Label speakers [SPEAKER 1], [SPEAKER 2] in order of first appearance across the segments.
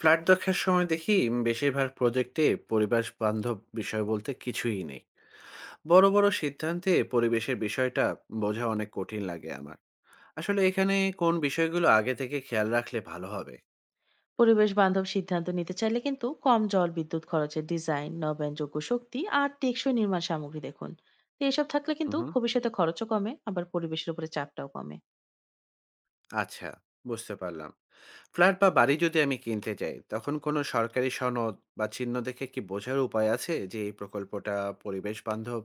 [SPEAKER 1] Flat দেখার সময় দেখি বেশিরভাগ প্রজেক্টে পরিবেশ বান্ধব বিষয় বলতে কিছুই নেই। বড় বড় সিদ্ধান্তে পরিবেশের বিষয়টা বোঝা অনেক কঠিন লাগে আমার। আসলে এখানে কোন বিষয়গুলো আগে থেকে খেয়াল রাখলে ভালো হবে?
[SPEAKER 2] পরিবেশ বান্ধব সিদ্ধান্ত নিতে চাইলে কিন্তু কম জল বিদ্যুৎ খরচের ডিজাইন নবায়নযোগ্য শক্তি আর টেকসই নির্মাণ সামগ্রী দেখুন। তো এসব থাকলে কিন্তু
[SPEAKER 1] হুম।
[SPEAKER 2] ভবিষ্যতে খরচও কমে, আবার পরিবেশের উপরে চাপটাও কমে।
[SPEAKER 1] আচ্ছা, বুঝতে পারলাম। ফ্ল্যাট বা বাড়ি যদি আমি কিনতে যাই তখন কোনো সরকারি সনদ বা চিহ্ন দেখে কি বোঝার উপায় আছে যে এই প্রকল্পটা পরিবেশ বান্ধব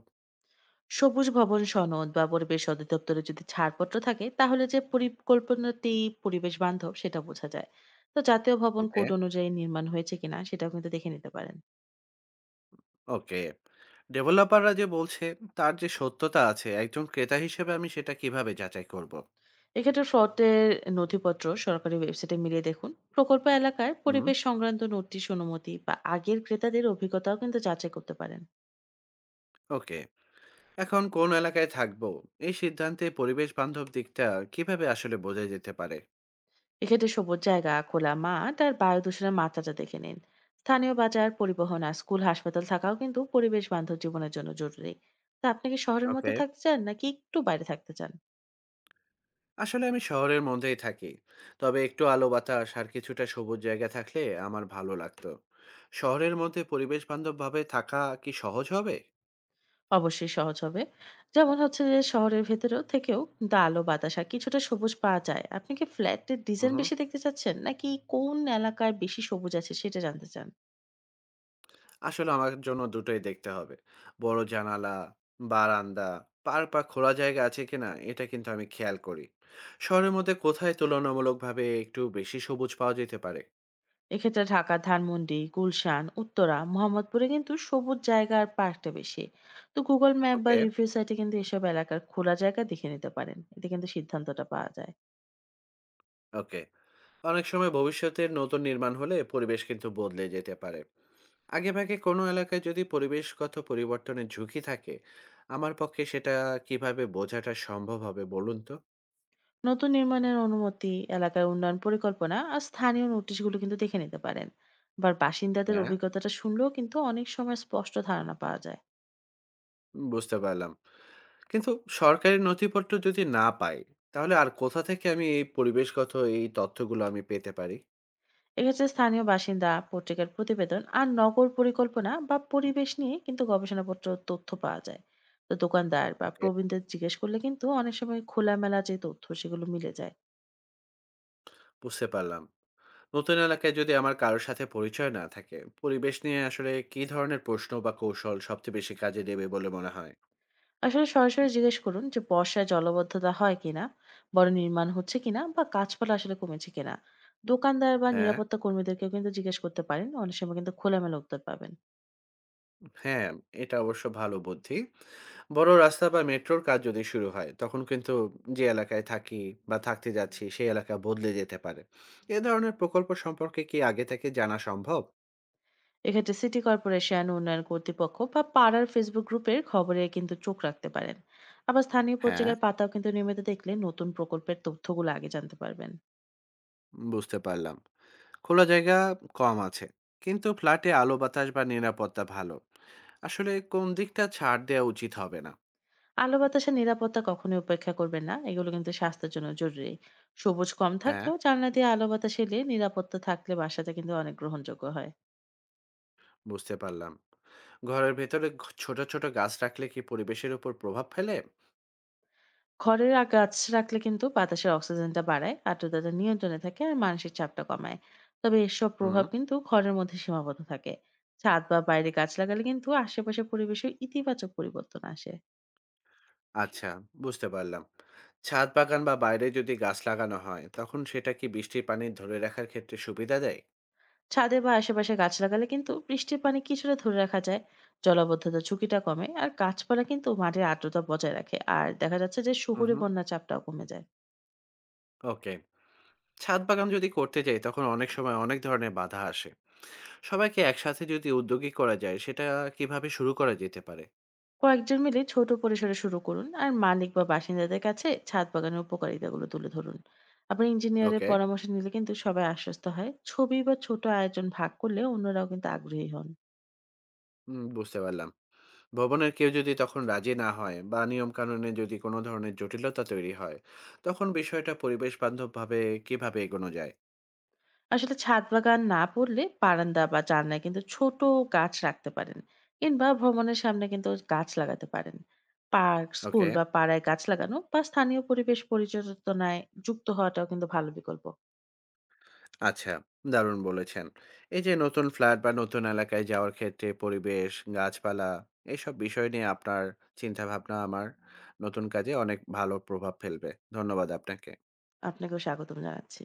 [SPEAKER 2] সবুজ ভবন সনদ বা পরিবেশ অধিদপ্তরে যদি ছাড়পত্র থাকে, তাহলে যে পরিকল্পনাটি পরিবেশ বান্ধব সেটা বোঝা যায়। তো জাতীয় ভবন
[SPEAKER 1] হবে?
[SPEAKER 2] কোড অনুযায়ী নির্মাণ হয়েছে কিনা সেটাও কিন্তু দেখে নিতে পারেন।
[SPEAKER 1] ওকে। ডেভেলপাররা যে বলছে তার যে সত্যতা আছে একজন ক্রেতা হিসেবে আমি সেটা কিভাবে যাচাই করব?
[SPEAKER 2] এক্ষেত্রে ফ্রডের নথিপত্র সরকারি ওয়েবসাইটে মিলিয়ে দেখুন, প্রকল্প এলাকায়
[SPEAKER 1] হুম।
[SPEAKER 2] পরিবেশ সংক্রান্ত নোটিশ অনুমতি বা আগের ক্রেতাদের অভিজ্ঞতাও কিন্তু যাচাই করতে পারেন।
[SPEAKER 1] ওকে। এখন কোন এলাকায় থাকবো এই সিদ্ধান্তে পরিবেশ বান্ধব দিকটা কিভাবে আসলে বোঝা যেতে পারে?
[SPEAKER 2] এক্ষেত্রে সবুজ জায়গা, খোলা মাঠ আর বায়ু দূষণের মাত্রাটা দেখে নিন। স্থানীয় বাজার, পরিবহন আর স্কুল হাসপাতাল থাকাও কিন্তু পরিবেশ বান্ধব জীবনের জন্য জরুরি। তা আপনি কি শহরের মধ্যে
[SPEAKER 1] ওকে।
[SPEAKER 2] থাকতে চান, নাকি একটু বাইরে থাকতে চান?
[SPEAKER 1] আসলে আমি শহরের মধ্যেই থাকি। তবে একটু আলো বাতাস আর কিছুটা সবুজ জায়গা থাকলে আমার ভালো লাগতো। শহরের মধ্যে পরিবেশ বান্ধবভাবে থাকা কি সহজ হবে?
[SPEAKER 2] অবশ্যই সহজ হবে। যেমন হচ্ছে যে শহরের ভেতরেও থেকেও কিন্তু আলো বাতাস আর কিছুটা সবুজ পাওয়া যায়। আপনি কি ফ্ল্যাটের ডিজাইন
[SPEAKER 1] হুম।
[SPEAKER 2] বেশি দেখতে চাচ্ছেন? নাকি কোন এলাকায় বেশি সবুজ আছে সেটা জানতে চান?
[SPEAKER 1] আসলে আমার জন্য দুটোই দেখতে হবে। বড় জানালা, বারান্দা, পার্ক বা খোলা জায়গা আছে কিনা এটা কিন্তু আমি খেয়াল করি। শহরের মধ্যে কোথায় তুলনামূলকভাবে একটু বেশি সবুজ পাওয়া যেতে পারে?
[SPEAKER 2] এক্ষেত্রে ঢাকা, ধানমন্ডি, গুলশান, উত্তরা, মোহাম্মদপুরে কিন্তু সবুজ জায়গা আর পার্কটা বেশি। তো Google ম্যাপ বা
[SPEAKER 1] ওকে,
[SPEAKER 2] রিভিউ সাইটে কিন্তু এসব এলাকার খোলা জায়গা দেখে নিতে পারেন। এতে কিন্তু সিদ্ধান্তটা পাওয়া যায়।
[SPEAKER 1] ওকে। অনেক সময় ভবিষ্যতের নতুন নির্মাণ হলে পরিবেশ কিন্তু বদলে যেতে পারে। আগেভাগে কোনো এলাকায় যদি পরিবেশগত পরিবর্তনের ঝুঁকি থাকে, আমার পক্ষে সেটা কিভাবে বোঝাটা সম্ভব হবে বলুন তো?
[SPEAKER 2] নতুন নির্মাণের অনুমতি, এলাকার উন্নয়ন পরিকল্পনা আর স্থানীয় নোটিশগুলো কিন্তু দেখে নিতে পারেন। আবার বাসিন্দাদের
[SPEAKER 1] হ্যাঁ,
[SPEAKER 2] অভিজ্ঞতাটা শুনলেও কিন্তু অনেক সময় স্পষ্ট ধারণা পাওয়া যায়।
[SPEAKER 1] বুঝতে পারলাম। কিন্তু সরকারি নথিপত্র যদি না পাই, তাহলে আর কোথা থেকে আমি এই পরিবেশগত এই তথ্যগুলো আমি পেতে পারি?
[SPEAKER 2] এক্ষেত্রে স্থানীয় বাসিন্দা, পত্রিকার প্রতিবেদন আর নগর পরিকল্পনা বা পরিবেশ নিয়ে কিন্তু গবেষণাপত্র তথ্য পাওয়া যায়। তো দোকানদার বা
[SPEAKER 1] ওকে।
[SPEAKER 2] প্রবীণদের জিজ্ঞেস করলে কিন্তু অনেক সময় খোলামেলা যে তথ্য সেগুলো মিলে যায়।
[SPEAKER 1] বুঝতে পারলাম। নতুন এলাকায় যদি আমার কারো সাথে পরিচয় না থাকে, পরিবেশ নিয়ে আসলে কি ধরনের প্রশ্ন বা কৌশল সবচেয়ে বেশি কাজে দেবে বলে মনে হয়?
[SPEAKER 2] আসলে সরাসরি জিজ্ঞেস করুন যে বর্ষায় জলাবদ্ধতা হয় কিনা, বড় নির্মাণ হচ্ছে কিনা বা গাছপালা আসলে কমেছে কিনা। দোকানদার বা
[SPEAKER 1] হ্যাঁ,
[SPEAKER 2] নিরাপত্তা কর্মীদেরকেও কিন্তু জিজ্ঞেস করতে পারেন, অনেক সময় কিন্তু খোলামেলা উত্তর পাবেন।
[SPEAKER 1] হ্যাঁ, এটা অবশ্য ভালো বুদ্ধি। বড় রাস্তা বা মেট্রোর কাজ যদি শুরু হয়, তখন কিন্তু যে এলাকায় থাকি বা থাকতে যাচ্ছি, সেই এলাকা বদলে যেতে পারে। এ ধরনের প্রকল্প সম্পর্কে কি আগে থেকে জানা সম্ভব?
[SPEAKER 2] এক্ষেত্রে সিটি কর্পোরেশন, উন্নয়ন কর্তৃপক্ষ বা পাড়ার ফেসবুক গ্রুপের খবরে কিন্তু চোখ রাখতে পারেন। আবার স্থানীয়
[SPEAKER 1] হ্যাঁ।
[SPEAKER 2] পত্রিকার পাতাও কিন্তু নিয়মিত দেখলে নতুন প্রকল্পের তথ্যগুলো আগে জানতে পারবেন।
[SPEAKER 1] বুঝতে পারলাম। খোলা জায়গা কম আছে কিন্তু ফ্ল্যাটে আলো বাতাস বা নিরাপত্তা ভালো, আসলে কোন দিকটা ছাড় দেওয়া উচিত হবে না?
[SPEAKER 2] আলো বাতাসের নিরাপত্তা কখনোই উপেক্ষা করবেন না, এগুলো কিন্তু স্বাস্থ্যের জন্য জরুরি। সবুজ কম
[SPEAKER 1] হ্যাঁ,
[SPEAKER 2] থাকলেও জানলা দিয়ে আলো বাতাস এলে, নিরাপত্তা থাকলে বাসাটা কিন্তু অনেক গ্রহণযোগ্য হয়।
[SPEAKER 1] বুঝতে পারলাম। ঘরের ভেতরে ছোট ছোট গাছ রাখলে কি পরিবেশের উপর প্রভাব ফেলে?
[SPEAKER 2] ঘরের গাছ রাখলে কিন্তু বাতাসের অক্সিজেনটা বাড়ায়, আর্দ্রতাটা নিয়ন্ত্রণে থাকে আর মানসিক চাপটা কমায়। তবে এসব
[SPEAKER 1] হুম।
[SPEAKER 2] প্রভাব কিন্তু ঘরের মধ্যে সীমাবদ্ধ থাকে। ছাদ বা বাইরে গাছ লাগালে কিন্তু আশেপাশের পরিবেশে ইতিবাচক পরিবর্তন আসে।
[SPEAKER 1] আচ্ছা, বুঝতে পারলাম। ছাদ বাগান বা বাইরে যদি গাছ লাগানো হয় তখন সেটা কি বৃষ্টির পানি ধরে রাখার ক্ষেত্রে সুবিধা দেয়?
[SPEAKER 2] ছাদে বা আশেপাশে গাছ লাগালে কিন্তু বৃষ্টির পানি কিছুটা ধরে রাখা যায়। জলাবদ্ধতার ঝুঁকিটা কমে, আর গাছপালা কিন্তু মাটির আর্দ্রতা বজায় রাখে, আর দেখা যাচ্ছে যে
[SPEAKER 1] হুম।
[SPEAKER 2] শহুরে বন্যা চাপটাও কমে যায়।
[SPEAKER 1] ওকে। ছাদ বাগান যদি করতে যাই তখন অনেক সময় অনেক ধরনের বাধা আসে। সবাইকে একসাথে যদি উদ্যোগী করা যায় সেটা কিভাবে শুরু করা যেতে পারে?
[SPEAKER 2] কয়েকজন মিলে ছোট পরিসরে শুরু করুন আর মালিক বা বাসিন্দাদের কাছে ছাদ বাগানের উপকারিতাগুলো তুলে ধরুন। আপনি ইঞ্জিনিয়ারের
[SPEAKER 1] ওকে।
[SPEAKER 2] পরামর্শ নিলে কিন্তু সবাই আশ্বস্ত হয়, ছবি বা ছোট আয়োজন ভাগ করলে অন্যরাও কিন্তু আগ্রহী হন।
[SPEAKER 1] হুম, বুঝতে পারলাম। ভবনের কেউ যদি তখন রাজি না হয় বা নিয়ম কানুনে যদি কোনো ধরনের জটিলতা তৈরি হয় তখন বিষয়টা পরিবেশ বান্ধবভাবে কিভাবে এগোনো যায়?
[SPEAKER 2] আসলে ছাদ বাগান না করলে বারান্দা বা জানলায় কিন্তু ছোট গাছ রাখতে পারেন। কিংবা ভ্রমণের সামনে কিন্তু গাছ লাগাতে পারেন। Park, school
[SPEAKER 1] okay.
[SPEAKER 2] বা পাড়ায় গাছ লাগানো বা স্থানীয় পরিবেশ পরিচর্যায় যুক্ত হওয়াটাও কিন্তু ভালো বিকল্প।
[SPEAKER 1] আচ্ছা, দারুণ বলেছেন। এই যে নতুন ফ্ল্যাট বা নতুন এলাকায় যাওয়ার ক্ষেত্রে পরিবেশ, গাছপালা, এইসব বিষয় নিয়ে আপনার চিন্তাভাবনা আমার নতুন কাজে অনেক ভালো প্রভাব ফেলবে। ধন্যবাদ আপনাকে।
[SPEAKER 2] আপনাকেও স্বাগতম জানাচ্ছি।